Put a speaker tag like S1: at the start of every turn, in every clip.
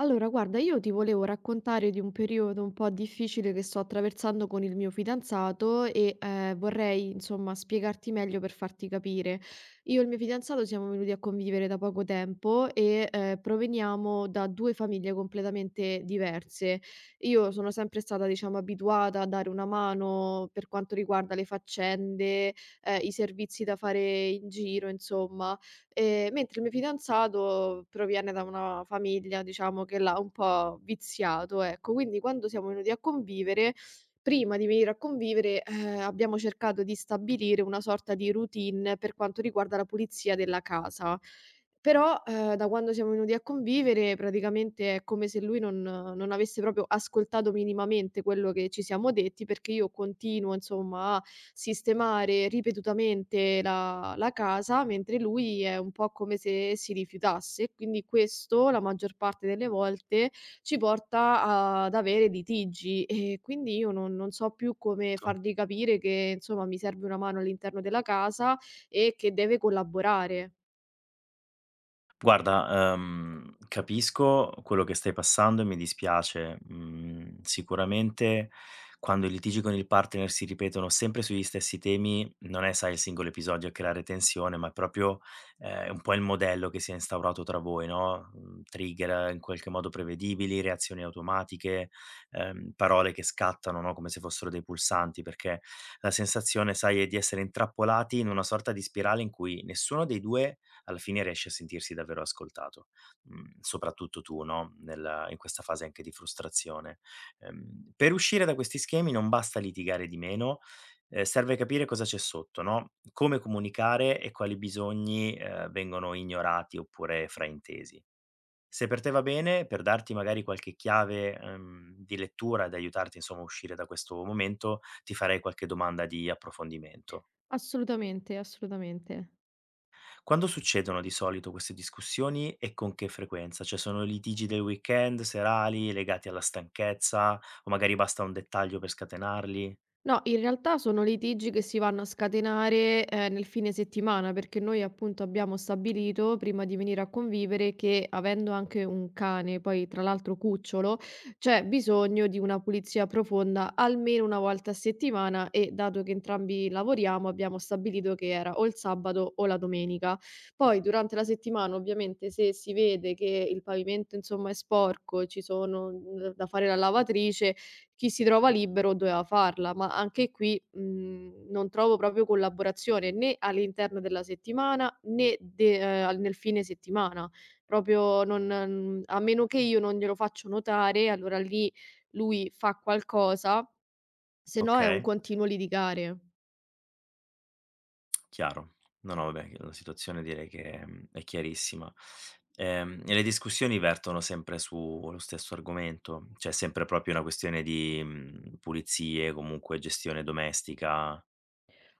S1: Allora, guarda, io ti volevo raccontare di un periodo un po' difficile che sto attraversando con il mio fidanzato e vorrei, insomma, spiegarti meglio per farti capire. Io e il mio fidanzato siamo venuti a convivere da poco tempo e proveniamo da due famiglie completamente diverse. Io sono sempre stata, diciamo, abituata a dare una mano per quanto riguarda le faccende, i servizi da fare in giro, insomma. Mentre il mio fidanzato proviene da una famiglia, diciamo, che l'ha un po' viziato, ecco. Quindi quando siamo venuti a convivere, prima di venire a convivere, abbiamo cercato di stabilire una sorta di routine per quanto riguarda la pulizia della casa. Però, da quando siamo venuti a convivere praticamente è come se lui non avesse proprio ascoltato minimamente quello che ci siamo detti, perché io continuo insomma a sistemare ripetutamente la casa, mentre lui è un po' come se si rifiutasse e quindi questo, la maggior parte delle volte, ci porta ad avere litigi e quindi io non so più come
S2: Certo.
S1: fargli capire che, insomma, mi serve una mano all'interno della casa e che deve collaborare.
S2: Guarda, capisco quello che stai passando e mi dispiace. Mhmm, sicuramente quando i litigi con il partner si ripetono sempre sugli stessi temi, non è, sai, il singolo episodio a creare tensione, ma è proprio, un po' il modello che si è instaurato tra voi, no, trigger in qualche modo prevedibili, reazioni automatiche, parole che scattano, no, come se fossero dei pulsanti, perché la sensazione, sai, è di essere intrappolati in una sorta di spirale in cui nessuno dei 2 alla fine riesci a sentirsi davvero ascoltato, soprattutto tu, no, nella in questa fase anche di frustrazione. Per uscire da questi schemi non basta litigare di meno, serve capire cosa c'è sotto, no, come comunicare e quali bisogni, vengono ignorati oppure fraintesi. Se per te va bene, per darti magari qualche chiave, di lettura ed aiutarti insomma a uscire da questo momento, ti farei qualche domanda di approfondimento.
S1: Assolutamente, assolutamente.
S2: Quando succedono di solito queste discussioni e con che frequenza? Cioè sono litigi del weekend, serali, legati alla stanchezza o magari basta un dettaglio per scatenarli?
S1: No, in realtà sono litigi che si vanno a scatenare, nel fine settimana, perché noi appunto abbiamo stabilito, prima di venire a convivere, che avendo anche un cane, poi tra l'altro cucciolo, c'è bisogno di una pulizia profonda almeno una volta a settimana e dato che entrambi lavoriamo abbiamo stabilito che era o il sabato o la domenica. Poi durante la settimana ovviamente se si vede che il pavimento insomma è sporco, ci sono, da fare la lavatrice. Chi si trova libero doveva farla, ma anche qui, non trovo proprio collaborazione né all'interno della settimana né de nel fine settimana. Proprio non, a meno che io non glielo faccio notare, allora lì lui fa qualcosa, se no è un
S2: Okay,
S1: continuo litigare.
S2: chiaro. No, no, vabbè, la situazione direi che, è chiarissima. E le discussioni vertono sempre sullo stesso argomento? Cioè è sempre proprio una questione di, pulizie, comunque gestione domestica?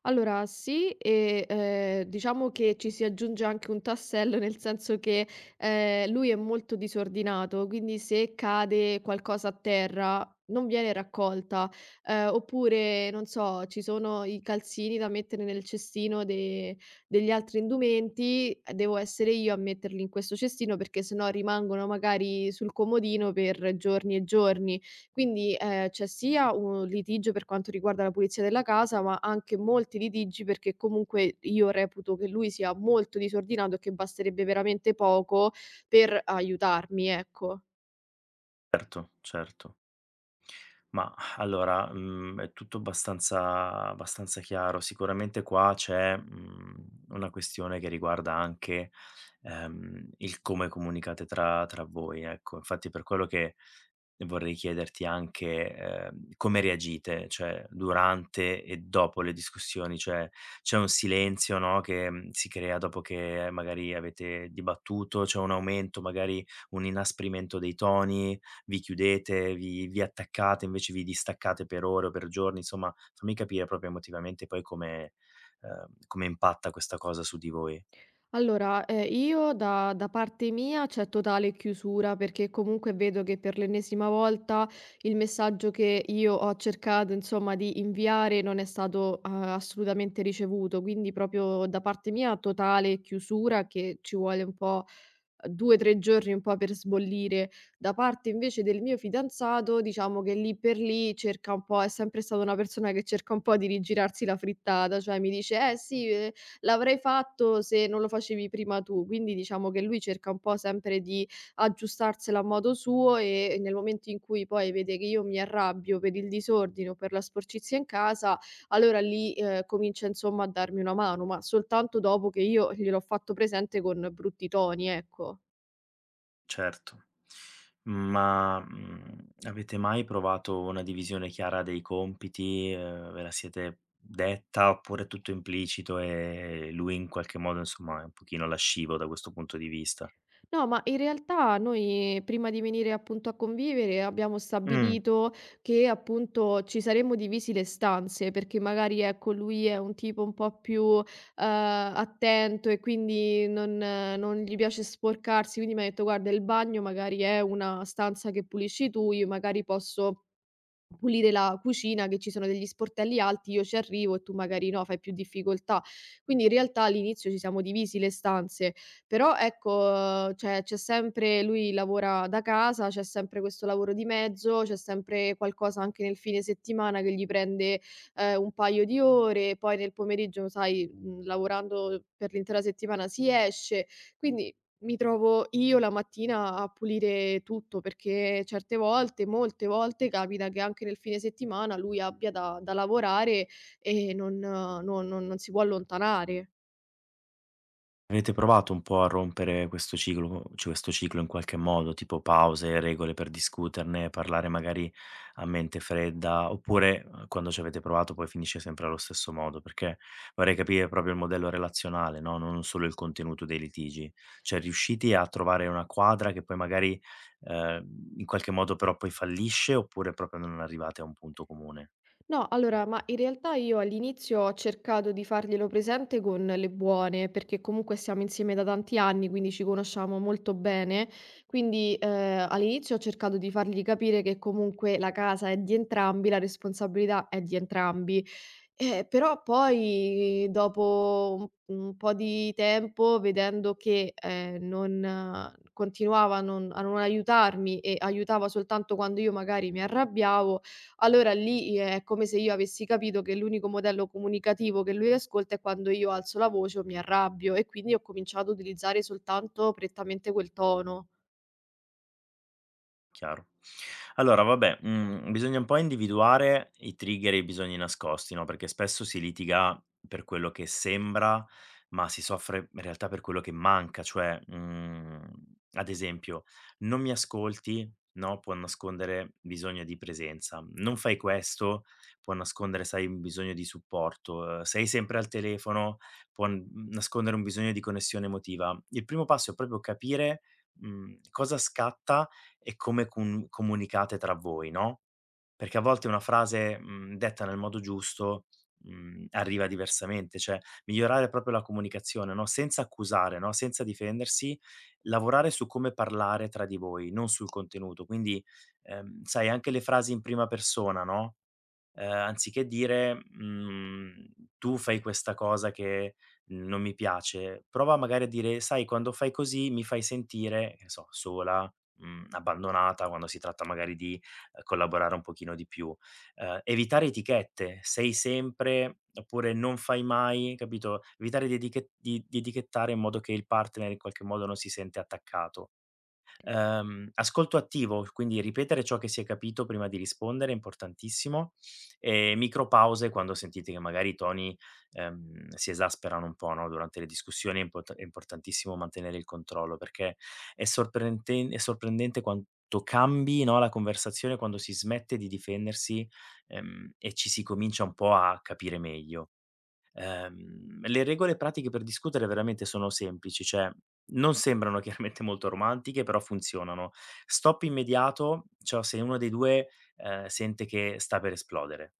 S1: Allora sì, e, diciamo che ci si aggiunge anche un tassello, nel senso che, lui è molto disordinato, quindi se cade qualcosa a terra non viene raccolta, oppure non so, ci sono i calzini da mettere nel cestino de degli altri indumenti, e devo essere io a metterli in questo cestino perché sennò rimangono magari sul comodino per giorni e giorni. Quindi, c'è sia un litigio per quanto riguarda la pulizia della casa, ma anche molti litigi perché comunque io reputo che lui sia molto disordinato e che basterebbe veramente poco per aiutarmi, ecco.
S2: Certo, certo. Ma allora, è tutto abbastanza chiaro. Sicuramente qua c'è, una questione che riguarda anche, il come comunicate tra voi, ecco. Infatti per quello che vorrei chiederti anche, come reagite, cioè durante e dopo le discussioni, cioè c'è un silenzio, no, che, si crea dopo che magari avete dibattuto, c'è un aumento, magari un inasprimento dei toni? Vi chiudete, vi attaccate, invece vi distaccate per ore o per giorni, insomma fammi capire proprio emotivamente poi come impatta questa cosa su di voi.
S1: Allora, io da parte mia c'è totale chiusura, perché comunque vedo che per l'ennesima volta il messaggio che io ho cercato, insomma, di inviare non è stato, assolutamente ricevuto. Quindi proprio da parte mia totale chiusura, che ci vuole un po', 2, 3 giorni un po' per sbollire. Da parte invece del mio fidanzato, diciamo che lì per lì cerca un po', è sempre stata una persona che cerca un po' di rigirarsi la frittata, cioè mi dice: "Eh sì, l'avrei fatto se non lo facevi prima tu". Quindi diciamo che lui cerca un po' sempre di aggiustarsela a modo suo e nel momento in cui poi vede che io mi arrabbio per il disordine o per la sporcizia in casa, allora lì, comincia insomma a darmi una mano, ma soltanto dopo che io gliel'ho fatto presente con brutti toni, ecco.
S2: Certo. Ma, avete mai provato una divisione chiara dei compiti? Ve la siete detta oppure è tutto implicito e lui in qualche modo, insomma, è un pochino lascivo da questo punto di vista?
S1: No, ma in realtà noi prima di venire appunto a convivere abbiamo
S2: Mh.
S1: stabilito che appunto ci saremmo divisi le stanze, perché magari ecco lui è un tipo un po' più attento e quindi non gli piace sporcarsi, quindi mi ha detto, guarda, il bagno magari è una stanza che pulisci tu, io magari posso pulire la cucina, che ci sono degli sportelli alti, io ci arrivo e tu magari no, fai più difficoltà. Quindi in realtà all'inizio ci siamo divisi le stanze, però ecco, cioè c'è sempre, lui lavora da casa, c'è sempre questo lavoro di mezzo, c'è sempre qualcosa anche nel fine settimana che gli prende, un paio di ore, poi nel pomeriggio sai, lavorando per l'intera settimana si esce. Quindi mi trovo io la mattina a pulire tutto, perché certe volte, molte volte capita che anche nel fine settimana lui abbia da lavorare e non si può allontanare.
S2: Avete provato un po' a rompere questo ciclo in qualche modo, tipo pause, regole per discuterne, parlare magari a mente fredda, oppure, quando ci avete provato poi finisce sempre allo stesso modo? Perché vorrei capire proprio il modello relazionale, no, non solo il contenuto dei litigi. Cioè riusciti a trovare una quadra che poi magari, in qualche modo però poi fallisce, oppure proprio non arrivate a un punto comune?
S1: No, allora, ma in realtà io all'inizio ho cercato di farglielo presente con le buone, perché comunque stiamo insieme da tanti anni, quindi ci conosciamo molto bene. Quindi all'inizio ho cercato di fargli capire che comunque la casa è di entrambi, la responsabilità è di entrambi. Però poi, dopo un po' di tempo, vedendo che non, continuava a non aiutarmi e aiutava soltanto quando io magari mi arrabbiavo, allora lì, è come se io avessi capito che l'unico modello comunicativo che lui ascolta è quando io alzo la voce o mi arrabbio e quindi ho cominciato ad utilizzare soltanto prettamente quel tono.
S2: Chiaro. Allora vabbè, bisogna un po' individuare i trigger e i bisogni nascosti, no, perché spesso si litiga per quello che sembra, ma si soffre in realtà per quello che manca. Cioè, ad esempio: "Non mi ascolti", no, può nascondere bisogno di presenza. "Non fai questo", può nascondere, sai, un bisogno di supporto. "Sei sempre al telefono", può n nascondere un bisogno di connessione emotiva. Il primo passo è proprio capire, cosa scatta e come cum comunicate tra voi, no, perché a volte una frase, detta nel modo giusto, arriva diversamente, cioè migliorare proprio la comunicazione, no, senza accusare, no, senza difendersi, lavorare su come parlare tra di voi, non sul contenuto. Quindi, sai anche le frasi in prima persona, no, anziché dire, mhmm: "Tu fai questa cosa che non mi piace", prova magari a dire: "Sai quando fai così mi fai sentire", che ne so, sola, abbandonata, quando si tratta magari di, collaborare un pochino di più. Evitare etichette, "sei sempre" oppure "non fai mai", capito, evitare di etichettare in modo che il partner in qualche modo non si sente attaccato. Ascolto attivo, quindi ripetere ciò che si è capito prima di rispondere è importantissimo e micropause quando sentite che magari i toni, si esasperano un po', no, durante le discussioni è importantissimo mantenere il controllo perché è sorprendente quanto cambi, no, la conversazione quando si smette di difendersi, e ci si comincia un po' a capire meglio. Le regole pratiche per discutere veramente sono semplici, cioè non sembrano chiaramente molto romantiche, però funzionano. Stop immediato, cioè se uno dei 2, sente che sta per esplodere.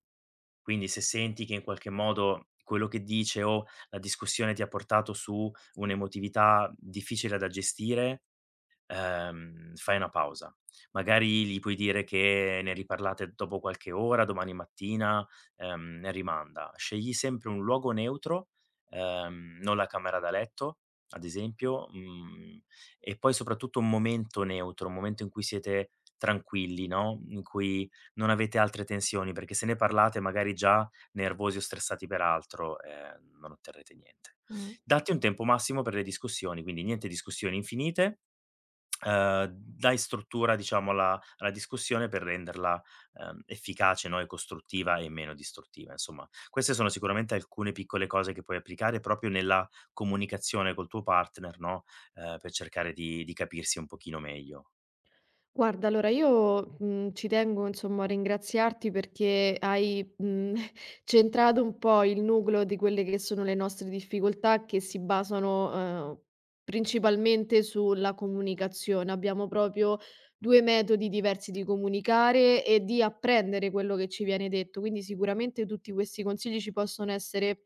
S2: Quindi se senti che in qualche modo quello che dice o la discussione ti ha portato su un'emotività difficile da gestire fai una pausa. Magari gli puoi dire che ne riparlate dopo qualche ora, domani mattina, ne rimanda. Scegli sempre un luogo neutro, non la camera da letto, ad esempio, e poi soprattutto un momento neutro, un momento in cui siete tranquilli, no, in cui non avete altre tensioni, perché se ne parlate magari già nervosi o stressati per altro, non otterrete niente.
S1: Mh.
S2: Datti un tempo massimo per le discussioni, quindi niente discussioni infinite dai struttura diciamo alla discussione per renderla, efficace, no, e costruttiva e meno distruttiva insomma. Queste sono sicuramente alcune piccole cose che puoi applicare proprio nella comunicazione col tuo partner, no, per cercare di capirsi un pochino meglio.
S1: Guarda, allora io, ci tengo insomma a ringraziarti perché hai, centrato un po' il nucleo di quelle che sono le nostre difficoltà, che si basano, ehm, principalmente sulla comunicazione. Abbiamo proprio 2 metodi diversi di comunicare e di apprendere quello che ci viene detto, quindi sicuramente tutti questi consigli ci possono essere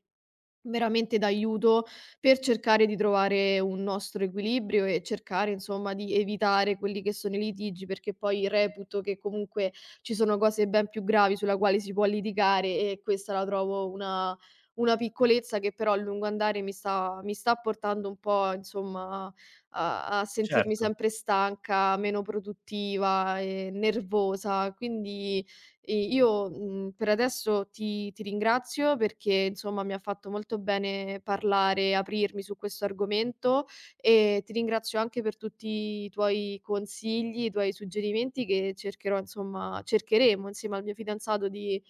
S1: veramente d'aiuto per cercare di trovare un nostro equilibrio e cercare insomma di evitare quelli che sono i litigi, perché poi reputo che comunque ci sono cose ben più gravi sulla quale si può litigare e questa la trovo una piccolezza che però a lungo andare mi sta portando un po' insomma a sentirmi
S2: Certo.
S1: sempre stanca, meno produttiva e nervosa. Quindi i io, mhmm, per adesso ti ringrazio perché, insomma, mi ha fatto molto bene parlare, aprirmi su questo argomento e ti ringrazio anche per tutti i tuoi consigli, i tuoi suggerimenti che cercherò insomma cercheremo insieme al mio fidanzato di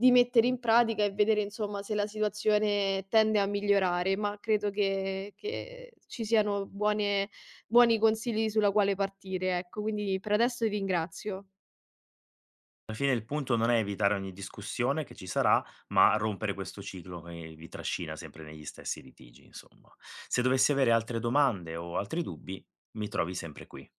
S1: di mettere in pratica e vedere, insomma, se la situazione tende a migliorare, ma credo che ci siano buone buoni consigli sulla quale partire, ecco. Quindi per adesso ti ringrazio.
S2: Alla fine il punto non è evitare ogni discussione che ci sarà, ma rompere questo ciclo che vi trascina sempre negli stessi litigi insomma. Se dovessi avere altre domande o altri dubbi, mi trovi sempre qui.